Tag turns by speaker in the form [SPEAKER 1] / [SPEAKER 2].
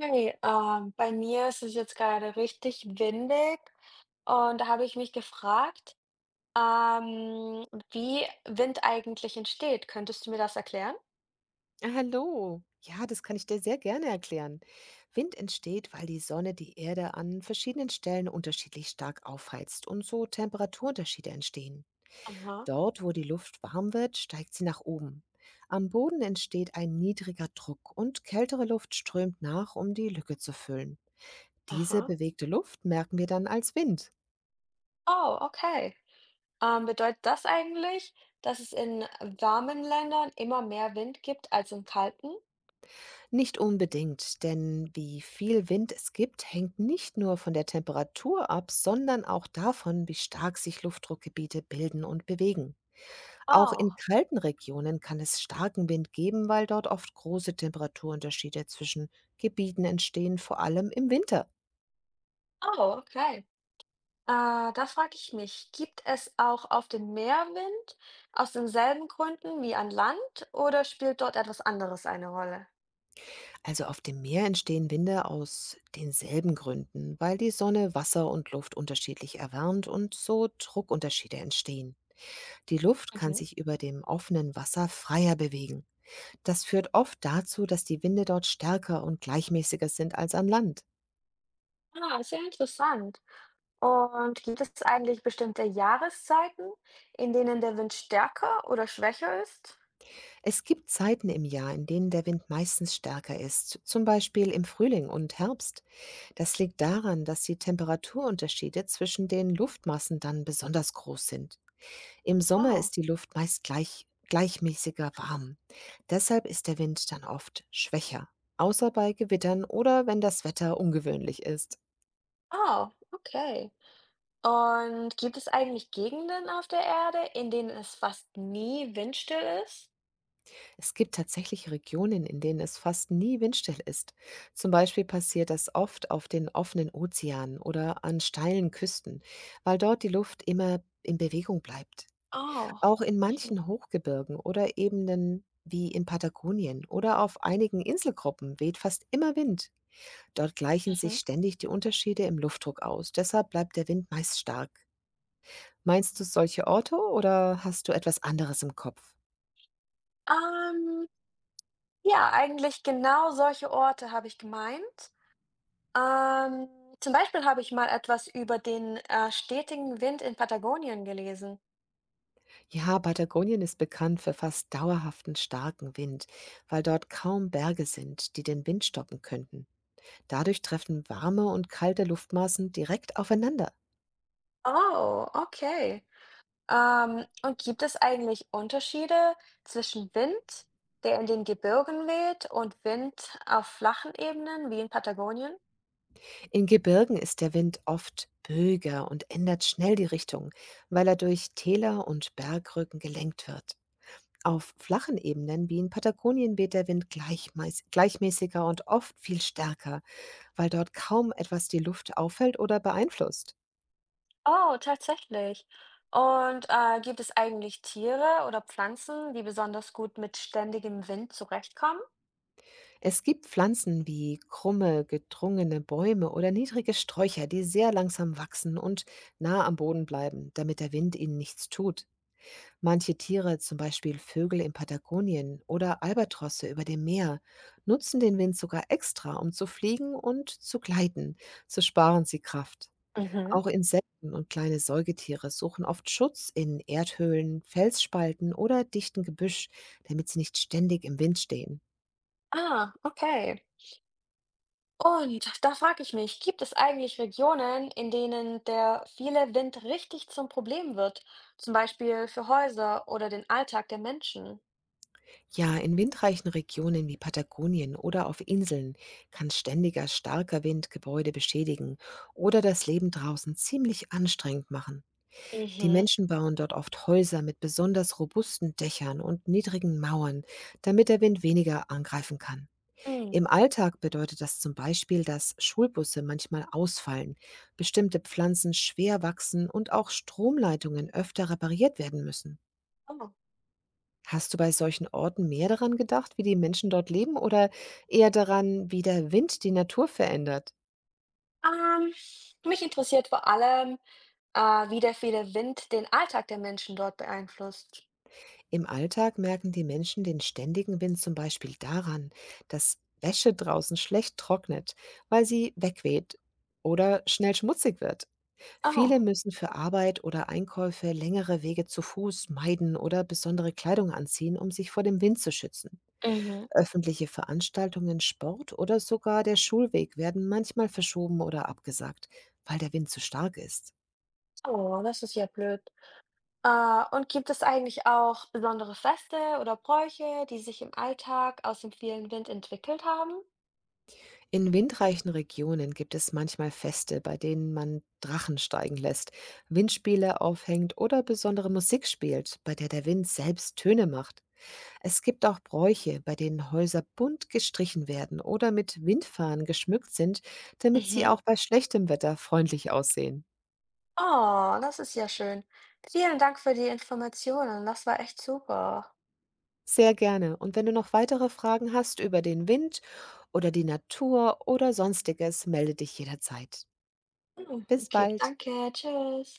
[SPEAKER 1] Hi, bei mir ist es jetzt gerade richtig windig und da habe ich mich gefragt, ähm, wie Wind eigentlich entsteht. Könntest du mir das erklären?
[SPEAKER 2] Ah, hallo. Ja, das kann ich dir sehr gerne erklären. Wind entsteht, weil die Sonne die Erde an verschiedenen Stellen unterschiedlich stark aufheizt und so Temperaturunterschiede entstehen.
[SPEAKER 1] Aha,
[SPEAKER 2] Dort, wo die Luft warm wird, steigt sie nach oben. Am Boden entsteht ein niedriger Druck und kältere Luft strömt nach, um die Lücke zu füllen. Diese
[SPEAKER 1] aha.
[SPEAKER 2] bewegte Luft merken wir dann als Wind.
[SPEAKER 1] Oh, okay. Bedeutet das eigentlich, dass es in warmen Ländern immer mehr Wind gibt als in kalten?
[SPEAKER 2] Nicht unbedingt, denn wie viel Wind es gibt, hängt nicht nur von der Temperatur ab, sondern auch davon, wie stark sich Luftdruckgebiete bilden und bewegen. Auch
[SPEAKER 1] Oh,
[SPEAKER 2] in kalten Regionen kann es starken Wind geben, weil dort oft große Temperaturunterschiede zwischen Gebieten entstehen, vor allem im Winter.
[SPEAKER 1] oh, okay. Da frage ich mich, gibt es auch auf dem Meer Wind aus denselben Gründen wie an Land oder spielt dort etwas anderes eine Rolle?
[SPEAKER 2] Also auf dem Meer entstehen Winde aus denselben Gründen, weil die Sonne Wasser und Luft unterschiedlich erwärmt und so Druckunterschiede entstehen. Die Luft kann
[SPEAKER 1] Mhm.
[SPEAKER 2] sich über dem offenen Wasser freier bewegen. Das führt oft dazu, dass die Winde dort stärker und gleichmäßiger sind als an Land.
[SPEAKER 1] Ah, sehr interessant. Und gibt es eigentlich bestimmte Jahreszeiten, in denen der Wind stärker oder schwächer ist?
[SPEAKER 2] Es gibt Zeiten im Jahr, in denen der Wind meistens stärker ist, zum Beispiel im Frühling und Herbst. Das liegt daran, dass die Temperaturunterschiede zwischen den Luftmassen dann besonders groß sind. Im Sommer
[SPEAKER 1] Oh,
[SPEAKER 2] ist die Luft meist gleichmäßiger warm. Deshalb ist der Wind dann oft schwächer, außer bei Gewittern oder wenn das Wetter ungewöhnlich ist.
[SPEAKER 1] oh, okay. Und gibt es eigentlich Gegenden auf der Erde, in denen es fast nie windstill ist?
[SPEAKER 2] Es gibt tatsächlich Regionen, in denen es fast nie windstill ist. Zum Beispiel passiert das oft auf den offenen Ozeanen oder an steilen Küsten, weil dort die Luft immer in Bewegung bleibt.
[SPEAKER 1] Oh,
[SPEAKER 2] Auch in
[SPEAKER 1] mhm,
[SPEAKER 2] manchen Hochgebirgen oder Ebenen wie in Patagonien oder auf einigen Inselgruppen weht fast immer Wind. Dort gleichen sich
[SPEAKER 1] mhm.
[SPEAKER 2] ständig die Unterschiede im Luftdruck aus, deshalb bleibt der Wind meist stark. Meinst du solche Orte oder hast du etwas anderes im Kopf?
[SPEAKER 1] Ähm, ja, eigentlich genau solche Orte habe ich gemeint. Ähm, zum Beispiel habe ich mal etwas über den, stetigen Wind in Patagonien gelesen.
[SPEAKER 2] Ja, Patagonien ist bekannt für fast dauerhaften starken Wind, weil dort kaum Berge sind, die den Wind stoppen könnten. Dadurch treffen warme und kalte Luftmassen direkt aufeinander.
[SPEAKER 1] Oh, okay. Und gibt es eigentlich Unterschiede zwischen Wind, der in den Gebirgen weht, und Wind auf flachen Ebenen wie in Patagonien?
[SPEAKER 2] In Gebirgen ist der Wind oft böiger und ändert schnell die Richtung, weil er durch Täler und Bergrücken gelenkt wird. Auf flachen Ebenen wie in Patagonien weht der Wind gleichmäßiger und oft viel stärker, weil dort kaum etwas die Luft auffällt oder beeinflusst.
[SPEAKER 1] Oh, tatsächlich. Und gibt es eigentlich Tiere oder Pflanzen, die besonders gut mit ständigem Wind zurechtkommen?
[SPEAKER 2] Es gibt Pflanzen wie krumme, gedrungene Bäume oder niedrige Sträucher, die sehr langsam wachsen und nah am Boden bleiben, damit der Wind ihnen nichts tut. Manche Tiere, zum Beispiel Vögel in Patagonien oder Albatrosse über dem Meer, nutzen den Wind sogar extra, um zu fliegen und zu gleiten. So sparen sie Kraft.
[SPEAKER 1] Mhm.
[SPEAKER 2] Auch Insekten und kleine Säugetiere suchen oft Schutz in Erdhöhlen, Felsspalten oder dichten Gebüsch, damit sie nicht ständig im Wind stehen.
[SPEAKER 1] Ah, okay. Und da frage ich mich, gibt es eigentlich Regionen, in denen der viele Wind richtig zum Problem wird? Zum Beispiel für Häuser oder den Alltag der Menschen?
[SPEAKER 2] Ja, in windreichen Regionen wie Patagonien oder auf Inseln kann ständiger starker Wind Gebäude beschädigen oder das Leben draußen ziemlich anstrengend machen. Die
[SPEAKER 1] Mhm.
[SPEAKER 2] Menschen bauen dort oft Häuser mit besonders robusten Dächern und niedrigen Mauern, damit der Wind weniger angreifen kann.
[SPEAKER 1] Hm.
[SPEAKER 2] Im Alltag bedeutet das zum Beispiel, dass Schulbusse manchmal ausfallen, bestimmte Pflanzen schwer wachsen und auch Stromleitungen öfter repariert werden müssen.
[SPEAKER 1] Oh.
[SPEAKER 2] Hast du bei solchen Orten mehr daran gedacht, wie die Menschen dort leben oder eher daran, wie der Wind die Natur verändert?
[SPEAKER 1] Ähm, mich interessiert vor allem, wie der viele Wind den Alltag der Menschen dort beeinflusst.
[SPEAKER 2] Im Alltag merken die Menschen den ständigen Wind zum Beispiel daran, dass Wäsche draußen schlecht trocknet, weil sie wegweht oder schnell schmutzig wird. Viele
[SPEAKER 1] Oh,
[SPEAKER 2] müssen für Arbeit oder Einkäufe längere Wege zu Fuß meiden oder besondere Kleidung anziehen, um sich vor dem Wind zu schützen.
[SPEAKER 1] mhm.
[SPEAKER 2] Öffentliche Veranstaltungen, Sport oder sogar der Schulweg werden manchmal verschoben oder abgesagt, weil der Wind zu stark ist.
[SPEAKER 1] Oh, das ist ja blöd. Und gibt es eigentlich auch besondere Feste oder Bräuche, die sich im Alltag aus dem vielen Wind entwickelt haben?
[SPEAKER 2] In windreichen Regionen gibt es manchmal Feste, bei denen man Drachen steigen lässt, Windspiele aufhängt oder besondere Musik spielt, bei der der Wind selbst Töne macht. Es gibt auch Bräuche, bei denen Häuser bunt gestrichen werden oder mit Windfahnen geschmückt sind, damit sie
[SPEAKER 1] Mhm.
[SPEAKER 2] auch bei schlechtem Wetter freundlich aussehen.
[SPEAKER 1] Oh, das ist ja schön. Vielen Dank für die Informationen. Das war echt super.
[SPEAKER 2] Sehr gerne. Und wenn du noch weitere Fragen hast über den Wind oder die Natur oder sonstiges, melde dich jederzeit.
[SPEAKER 1] Hm,
[SPEAKER 2] Bis
[SPEAKER 1] okay,
[SPEAKER 2] bald.
[SPEAKER 1] danke. Tschüss.